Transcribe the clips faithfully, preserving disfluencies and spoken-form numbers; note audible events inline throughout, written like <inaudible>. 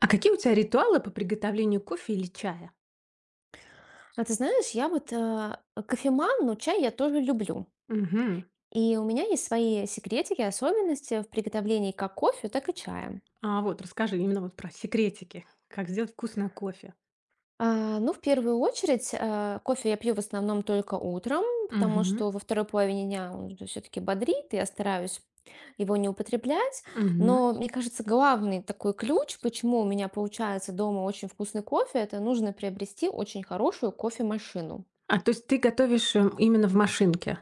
А какие у тебя ритуалы по приготовлению кофе или чая? А ты знаешь, я вот э, кофеман, но чай я тоже люблю. Мгм. И у меня есть свои секретики, особенности в приготовлении как кофе, так и чая. А вот расскажи именно вот про секретики, как сделать вкусное кофе. А, ну, в первую очередь, э, кофе я пью в основном только утром, потому Мгм. что во второй половине дня он все-таки бодрит, и я стараюсь его не употреблять. Мгм. Но, мне кажется, главный такой ключ, почему у меня получается дома очень вкусный кофе, это нужно приобрести очень хорошую кофемашину. А то есть ты готовишь, э, именно в машинке?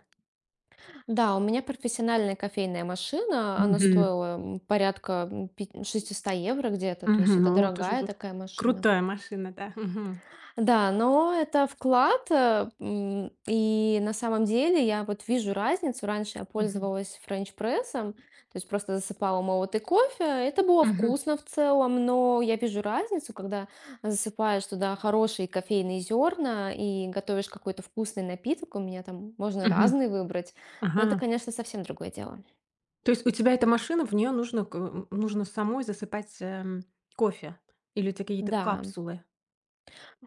Да, у меня профессиональная кофейная машина, она Мгм. стоила м, порядка м, пи- шестьсот евро где-то, то есть Мгм. это Ну, это же дорогая такая машина. крутая машина, да. Мгм. Да, но это вклад, э, м, и на самом деле я вот вижу разницу. Раньше я Мгм. пользовалась френч-прессом, то есть просто засыпала молотый кофе. Это было Мгм. вкусно в целом, но я вижу разницу, когда засыпаешь туда хорошие кофейные зерна и готовишь какой-то вкусный напиток. У меня там можно Мгм. разный выбрать, но это, Ага. конечно, совсем другое дело. То есть у тебя эта машина, в нее нужно к м, нужно самой засыпать, эм, кофе или у тя какие-то Да. капсулы?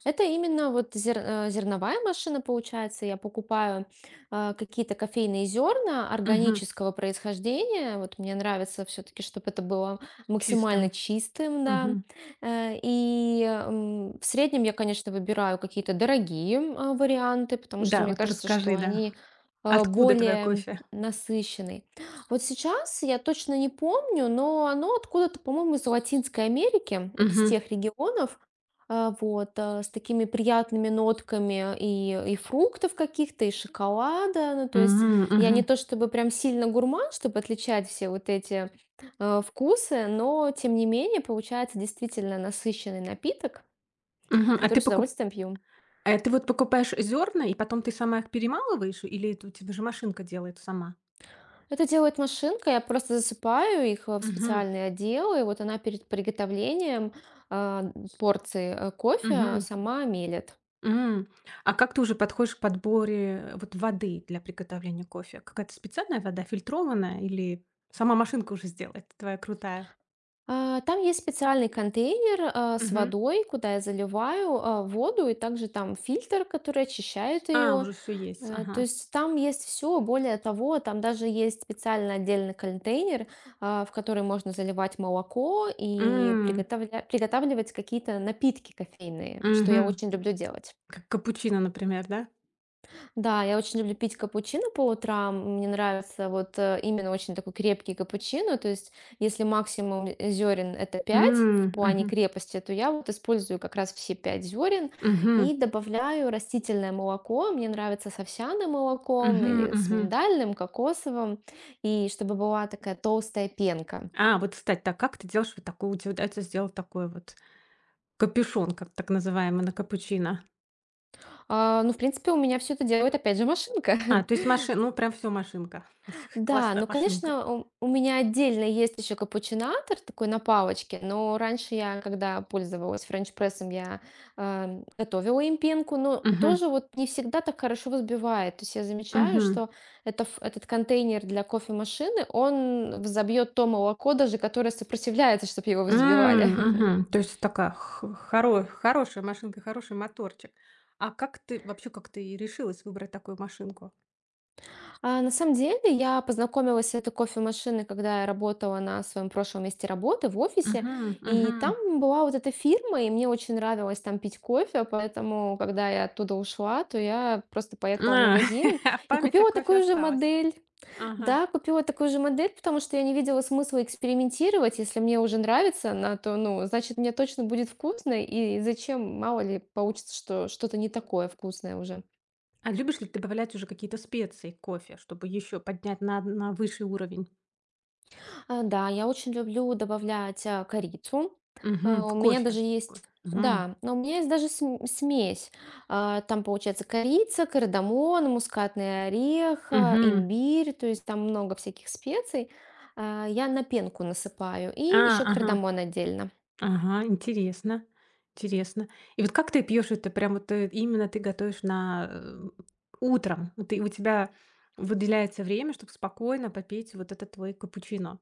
Это именно вот зер- э, зерновая машина получается. Я покупаю а, какие-то кофейные зерна Мгм. органического происхождения. Вот мне нравится все-таки, чтобы это было Чистым. максимально чистым, да. Мгм. Э, И м, в среднем я, конечно, выбираю какие-то дорогие а, варианты, потому что Да, мне вот кажется, что расскажи, да. они а, Откуда твое более кофе? насыщенный. Вот сейчас я точно не помню, но оно откуда-то, по-моему, из Латинской Америки, вот из Мгм. тех регионов, а, вот, а, с такими приятными нотками и и фруктов каких-то, и шоколада. Ну, то есть М, я не мгм, то чтобы прям сильно гурман, чтобы отличать все вот эти, э, вкусы, но тем не менее получается действительно насыщенный напиток, мгм. А который ты с покуп удовольствием пью. а ты вот покупаешь зерна и потом ты сама их перемалываешь, или это у тебя же машинка делает сама? Это делает машинка, я просто засыпаю их, э, в Мгм, специальный отдел, и вот она перед приготовлением, а, порции, э, кофе мгм, сама мелет. м. А как ты уже подходишь к подборе, э, вот воды для приготовления кофе? Какая-то специальная вода, фильтрованная, или сама машинка уже сделает, твоя крутая? А, Там есть специальный контейнер а, с Мгм. водой, куда я заливаю а, воду, и также там фильтр, который очищает А, ее. уже все есть, Э, То ага. есть там есть все, более того, там даже есть специально отдельный контейнер, а, в который можно заливать молоко и М, приготовля- приготавливать какие-то напитки кофейные, что я мгм. очень люблю делать. Как капучино, например, да? Да, я очень люблю пить капучино по утрам. Мне нравится вот э, именно очень такой крепкий капучино. То есть, если максимум зерен это пять в М, плане мгм, крепости, то я вот использую как раз все пять зерен мгм, и добавляю растительное молоко. Мне нравится с овсяным молоком мгм, или с мгм. миндальным, кокосовым, и чтобы была такая толстая пенка. А, вот, кстати, так как ты делаешь вот такую у тебя удается сделать такой вот капюшон, как так называемый, на капучино? А, ну, в принципе, у меня все это делает, опять же, машинка. А, то <laughs> есть маши ну, прям все машинка. <laughs> Да, Классная ну, машинка. конечно, у у меня отдельно есть еще капучинатор такой на палочке, но раньше я, когда пользовалась френч-прессом, я, эм, готовила им пенку, но Мгм, тоже вот не всегда так хорошо взбивает. То есть я замечаю, мгм. что это ф- этот контейнер для кофемашины, он взобьет то молоко даже, которое сопротивляется, чтобы его взбивали. М, <laughs> мгм. То есть такая х хоро хорошая машинка, хороший моторчик. А как ты вообще, как ты решилась выбрать такую машинку? А, на самом деле, я познакомилась с этой кофемашиной, когда я работала на своем прошлом месте работы в офисе, Мгм, и мгм. там была вот эта фирма, и мне очень нравилось там пить кофе, поэтому, когда я оттуда ушла, то я просто поехала в А, магазин <laughs> и память о купила кофе такую же осталась. модель. Ага. Да, купила такую же модель, потому что я не видела смысла экспериментировать. Если мне уже нравится она, то, ну, значит, мне точно будет вкусно, и зачем, мало ли, получится, что что-то не такое вкусное уже. А любишь ли ты добавлять уже какие-то специи к кофе, чтобы еще поднять на на высший уровень? А, да, я очень люблю добавлять, а, корицу. Мгм. А, В у меня кофе. даже В есть кофе. Мгм. да, но у меня есть даже см смесь. А, там получается корица, кардамон, мускатный орех, а, Мгм. имбирь, то есть там много всяких специй. А, я на пенку насыпаю и А, еще ага. кардамон отдельно. Ага, интересно. Интересно. И вот как ты пьешь это? Прям вот, э, именно ты готовишь на, э, утром. Вот ты у тебя выделяется время, чтобы спокойно попить вот этот твой капучино.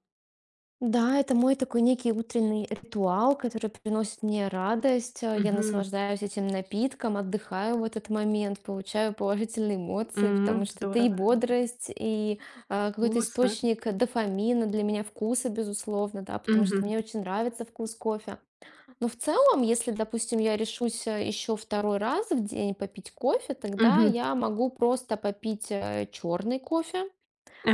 Да, это мой такой некий утренний ритуал, который приносит мне радость. Э, Я Мгм. наслаждаюсь этим напитком, отдыхаю в этот момент, получаю положительные эмоции, потому М, что это и здорово. бодрость, и э, какой-то Вкусно. источник дофамина для меня вкуса, безусловно, да, потому что Мгм. мне очень нравится вкус кофе. Но в целом, если, допустим, я решусь еще второй раз в день попить кофе, тогда Мгм. я могу просто попить черный кофе.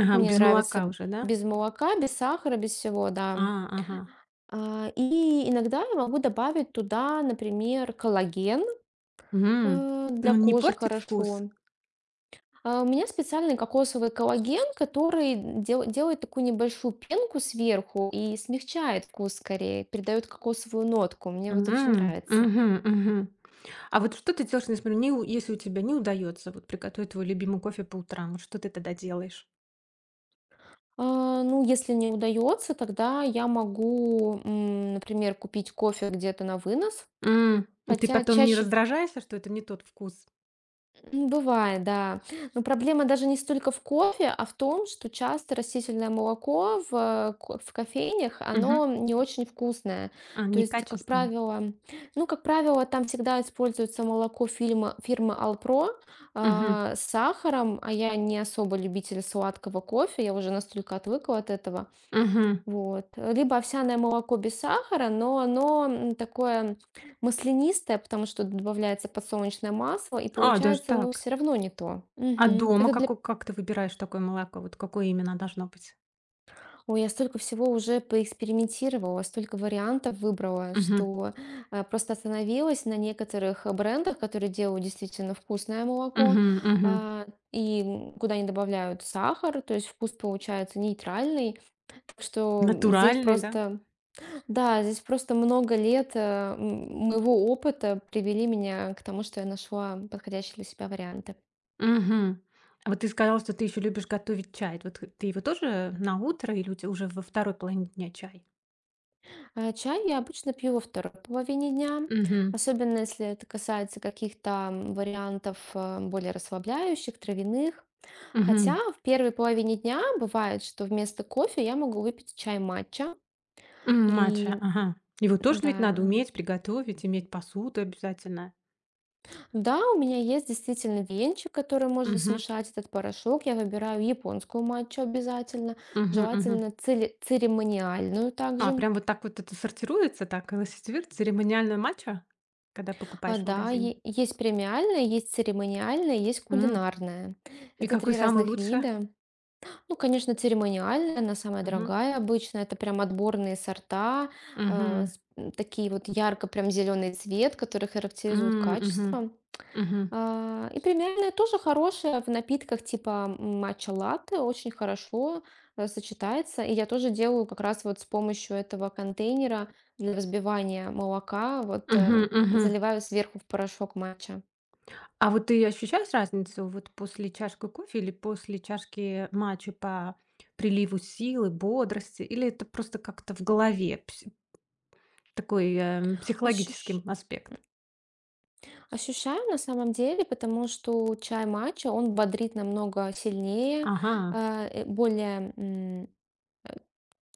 Ага, Мне без молока нравится уже, да? без молока, без сахара, без всего, А, да. ага. А, и иногда я могу добавить туда, например, коллаген, М. э, для Он не кожи портит вкус? хорошо. А, у меня специальный кокосовый коллаген, который дел- делает такую небольшую пенку сверху и смягчает вкус скорее, придает кокосовую нотку. Мне вот очень Мгм. нравится. Мгм. Мгм. А вот что ты делаешь, несмотря не у если у тебя не удается вот приготовить твой любимый кофе по утрам, вот что ты тогда делаешь? А, ну, если не удается, тогда я могу, м, например, купить кофе где-то на вынос. М, и ты Хотя потом не чаще раздражаешься, что это не тот вкус? М, бывает, да. Но проблема даже не столько в кофе, а в том, что часто растительное молоко в, э, ко- в кофейнях, Мгм. оно не очень вкусное. А, То есть, как некачественно. правило, ну, как правило, там всегда используется молоко фильма, фирмы Алпро, Мгм. а, с сахаром, а я не особо любитель сладкого кофе, я уже настолько отвыкла от этого. Мгм. Вот. Либо овсяное молоко без сахара, но оно м, такое маслянистое, потому что добавляется подсолнечное масло, и А, даже получается оно так. все равно не то. А Мгм. дома Это для... како как ты выбираешь такое молоко? Вот какое именно должно быть? Ой, я столько всего уже поэкспериментировала, столько вариантов выбрала, Мгм. что э, просто остановилась на некоторых э, брендах, которые делают действительно вкусное молоко, Мгм. Мгм. а, и м, куда не добавляют сахар, то есть вкус получается нейтральный. Так что м, здесь Натуральное, да? просто да, здесь просто много лет, э, м, моего опыта привели меня к тому, что я нашла подходящие для себя варианты. Мгм. А вот ты сказала, что ты еще любишь готовить чай. Вот ты его тоже на утро или у тя уже во второй половине дня чай? А чай я обычно пью во второй половине дня, Мгм. особенно если это касается каких-то м, вариантов э, более расслабляющих, травяных. Хотя в первой половине дня бывает, что вместо кофе я могу выпить чай матча. М, матча, И ага. Его тоже ведь надо да, уметь приготовить, иметь посуду обязательно. да, у меня есть действительно венчик, который можно Мгм. смешать этот порошок. Я выбираю японскую матчу обязательно, Мгм, мгм. желательно цели- церемониальную А, также. прям вот так вот это сортируется, так, эласситивир, церемониальное матча, когда А, покупаешь в да, магазине? е- есть премиальная, есть церемониальная, есть М. кулинарная. И Это какой три самый разных лучший? вида. Ну, конечно, церемониальная, она самая Мгм. дорогая обычно. Это прям отборные сорта, э, Мгм. с- м, такие вот ярко прям зеленый цвет, который характеризует М, мгм. качество. Мгм. А, И тривиальное тоже хорошее в напитках типа матча-латте, очень хорошо э, сочетается. И я тоже делаю как раз вот с помощью этого контейнера для взбивания молока, вот Мгм, э, мгм. заливаю сверху в порошок матча. А вот ты ощущаешь разницу вот после чашки кофе или после чашки матча по приливу силы, бодрости? Или это просто как-то в голове? Такой, эм, Ощущ- психологическим аспект. Ощущаю на самом деле, потому что чай матча, он бодрит намного сильнее, Ага. э, и более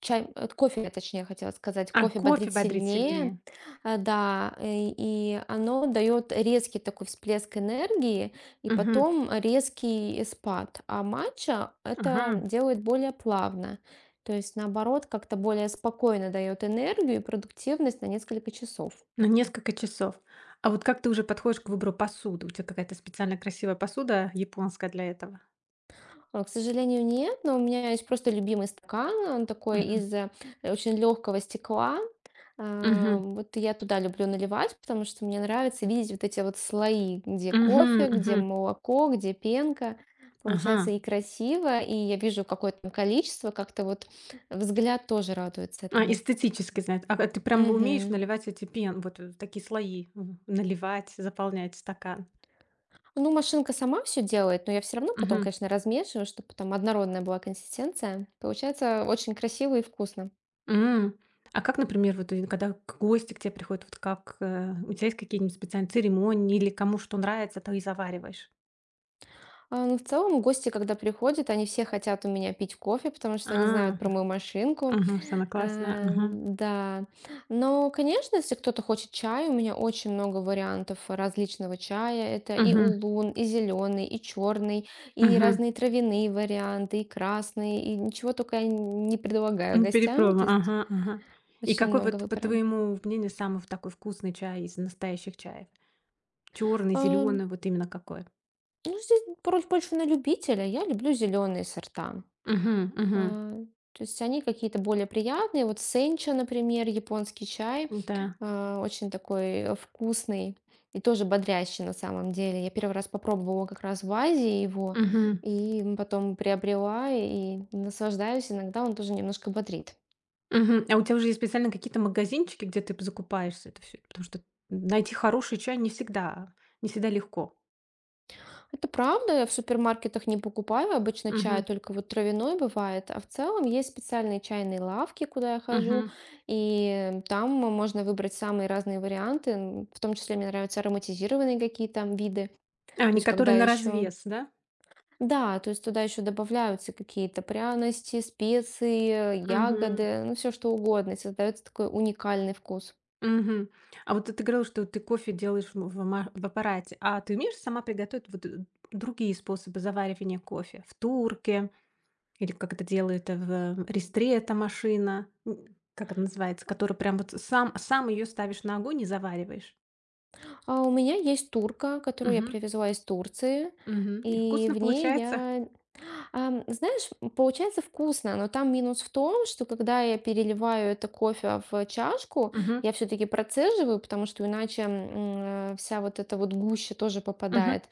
чай, э, кофе, я точнее хотела сказать. А, Кофе кофе бодрит бодрит сильнее, сильнее. э, да, и и оно дает резкий такой всплеск энергии и Мгм. потом резкий спад. А матча это Ага. делает более плавно. То есть, наоборот, как-то более спокойно дает энергию и продуктивность на несколько часов. На несколько часов. А вот как ты уже подходишь к выбору посуды? У тебя какая-то специально красивая посуда японская для этого? А, К сожалению, нет, но у меня есть просто любимый стакан. Он такой Мгм. из э, очень легкого стекла. А, Мгм. Вот я туда люблю наливать, потому что мне нравится видеть вот эти вот слои, где Мгм. кофе, Мгм. где молоко, где пенка. Получается Ага. и красиво, и я вижу какое-то там количество, как-то вот взгляд тоже радуется А, этому. эстетически, знает. А а ты прям умеешь Мгм. наливать эти пен вот, э, такие слои, мгм, наливать, заполнять стакан? Ну, машинка сама все делает, но я все равно потом, Мгм. конечно, размешиваю, чтобы там однородная была консистенция. Получается очень красиво и вкусно. М. А как, например, вот, э, когда к гости к тебе приходят, вот как, э, у тебя есть какие-нибудь специальные церемонии или кому что нравится, то и завариваешь? А, ну, в целом, гости, когда приходят, они все хотят у меня пить кофе, потому А, что они знают про мою машинку. мгм, что она классная, Э, ага. да. Но, конечно, если кто-то хочет чай, у меня очень много вариантов различного чая. Это и Мгм, улун, и зеленый, и черный, и мгм. разные травяные варианты, и красные, и ничего только я не предлагаю М, гостям. перепроба, То есть ага, ага. И очень какой много вот, по выбора. твоему мнению, самый в такой вкусный чай из настоящих чаев? Черный, А, зеленый, вот именно какой? ну, здесь больше, больше на любителя. Я люблю зеленые сорта. Мгм, мгм. А, то есть они какие-то более приятные. Вот сенча, например, японский чай, Да. а, очень такой э, вкусный и тоже бодрящий на самом деле. Я первый раз попробовала как раз в Азии его, и потом приобрела и наслаждаюсь. Иногда он тоже немножко бодрит. Мгм. А у тебя уже есть специально какие-то магазинчики, где ты п закупаешься это все, потому что найти хороший чай не всегда не всегда легко. Это правда, я в супермаркетах не покупаю обычно чай, Мгм. только вот травяной бывает. А в целом есть специальные чайные лавки, куда я хожу, Мгм. и там можно выбрать самые разные варианты. м, В том числе мне нравятся ароматизированные какие-то виды. А, То они есть когда которые на еще... развес, да? Да, то есть туда еще добавляются какие-то пряности, специи, Мгм. ягоды, ну все что угодно, и создается такой уникальный вкус. Мгм. А вот ты говорила, что ты кофе делаешь в в ма в аппарате. А ты умеешь сама приготовить вот, э, другие способы заваривания кофе? В турке или как это делает э, в рестре эта машина? М, как она называется? Которую прям вот сам сам ее ставишь на огонь и завариваешь? А у меня есть турка, которую я привезла из Турции, Мгм. И и вкусно в ней получается? я Ам, знаешь, получается вкусно, но там минус в том, что когда я переливаю это кофе в чашку, Мгм. я все-таки процеживаю, потому что иначе м, э, вся вот эта вот гуща тоже Мгм. попадает.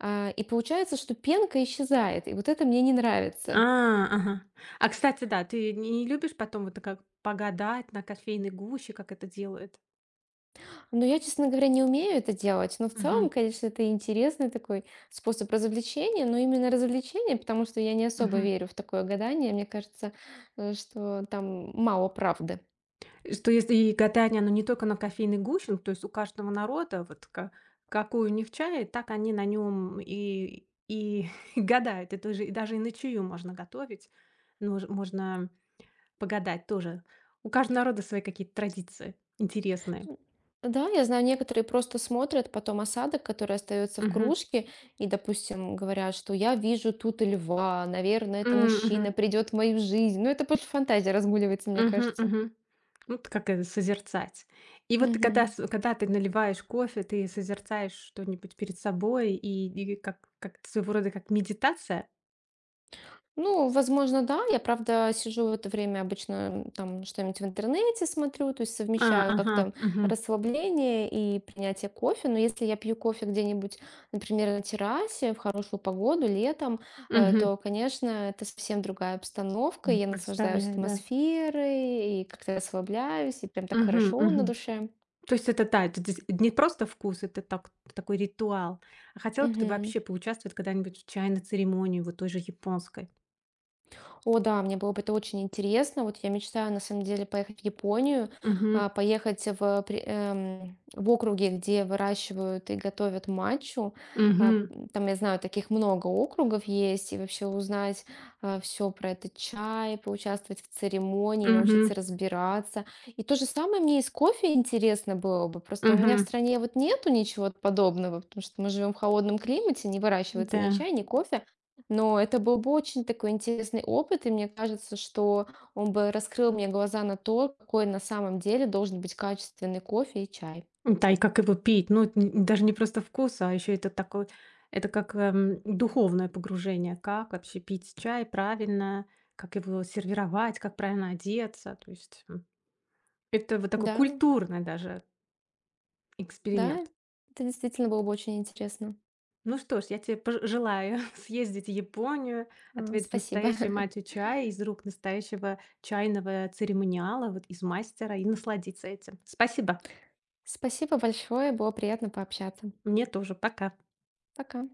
А, И получается, что пенка исчезает, и вот это мне не нравится. А, ага. А, кстати, да, ты не любишь потом вот как погадать на кофейной гуще, как это делают? Но я, честно говоря, не умею это делать, но в Мгм. целом, конечно, это интересный такой способ развлечения, но именно развлечение, потому что я не особо Мгм. верю в такое гадание, мне кажется, э, что там мало правды. И Что если и гадание, оно не только на кофейной гуще, ну, то есть у каждого народа вот ка- какой у них чай, так они на нем и, и <laughs> гадают. Это же и даже и на чаю можно готовить, но ж- можно погадать тоже. У каждого народа свои какие-то традиции интересные. Да, я знаю, некоторые просто смотрят потом осадок, который остается в Мгм. кружке, и, допустим, говорят, что я вижу тут льва, наверное, это мгм. мужчина придет в мою жизнь. Ну, это просто фантазия разгуливается, мне Мгм, кажется. мгм. Вот как это созерцать. И вот ты когда Мгм. с когда ты наливаешь кофе, ты созерцаешь что-нибудь перед собой и и как как своего рода как медитация? Ну, возможно, да. Я, правда, сижу в это время обычно, там что-нибудь в интернете смотрю, то есть А, совмещаю ага, как-то мгм, расслабление и принятие кофе. Но если я пью кофе где-нибудь, например, на террасе в хорошую погоду летом, э, мгм. то, конечно, это совсем другая обстановка. и М, Я наслаждаюсь представляю, да. атмосферой и как-то расслабляюсь, и прям так Мгм, хорошо на мгм. душе. То есть это, да, это дес не просто вкус, это так такой ритуал. А хотела бы ты Мгм. вообще поучаствовать когда-нибудь в чайной церемонии, вот той же японской? О да, мне было бы это очень интересно. Вот я мечтаю на самом деле поехать в Японию, Угу, а, поехать в, при- эм, в округе, где выращивают и готовят матчу. А, угу, м, Там, я знаю, таких много округов есть, и вообще узнать все про этот чай, поучаствовать в церемонии, научиться угу, разбираться. И то же самое мне и с кофе интересно было бы. Просто у меня в угу. стране вот нету ничего подобного, потому что мы живем в холодном климате, не выращивается ни Да. чай, ни кофе. Но это был бы очень такой интересный опыт, и мне кажется, что он бы раскрыл мне глаза на то, какой на самом деле должен быть качественный кофе и чай. Да, и как его пить? Ну, это н даже не просто вкус, а еще это такой это как, эм, духовное погружение. Как вообще пить чай правильно, как его сервировать, как правильно одеться. То есть, м, это вот такой Да, культурный даже да, эксперимент. это действительно было бы очень интересно. Ну что ж, я тебе пож желаю <laughs> съездить в Японию, А, отведать Спасибо. настоящую <laughs> мачу чая из рук настоящего чайного церемониала, вот из мастера, и насладиться этим. Спасибо. Спасибо большое, было приятно пообщаться. Мне тоже. Пока. Пока.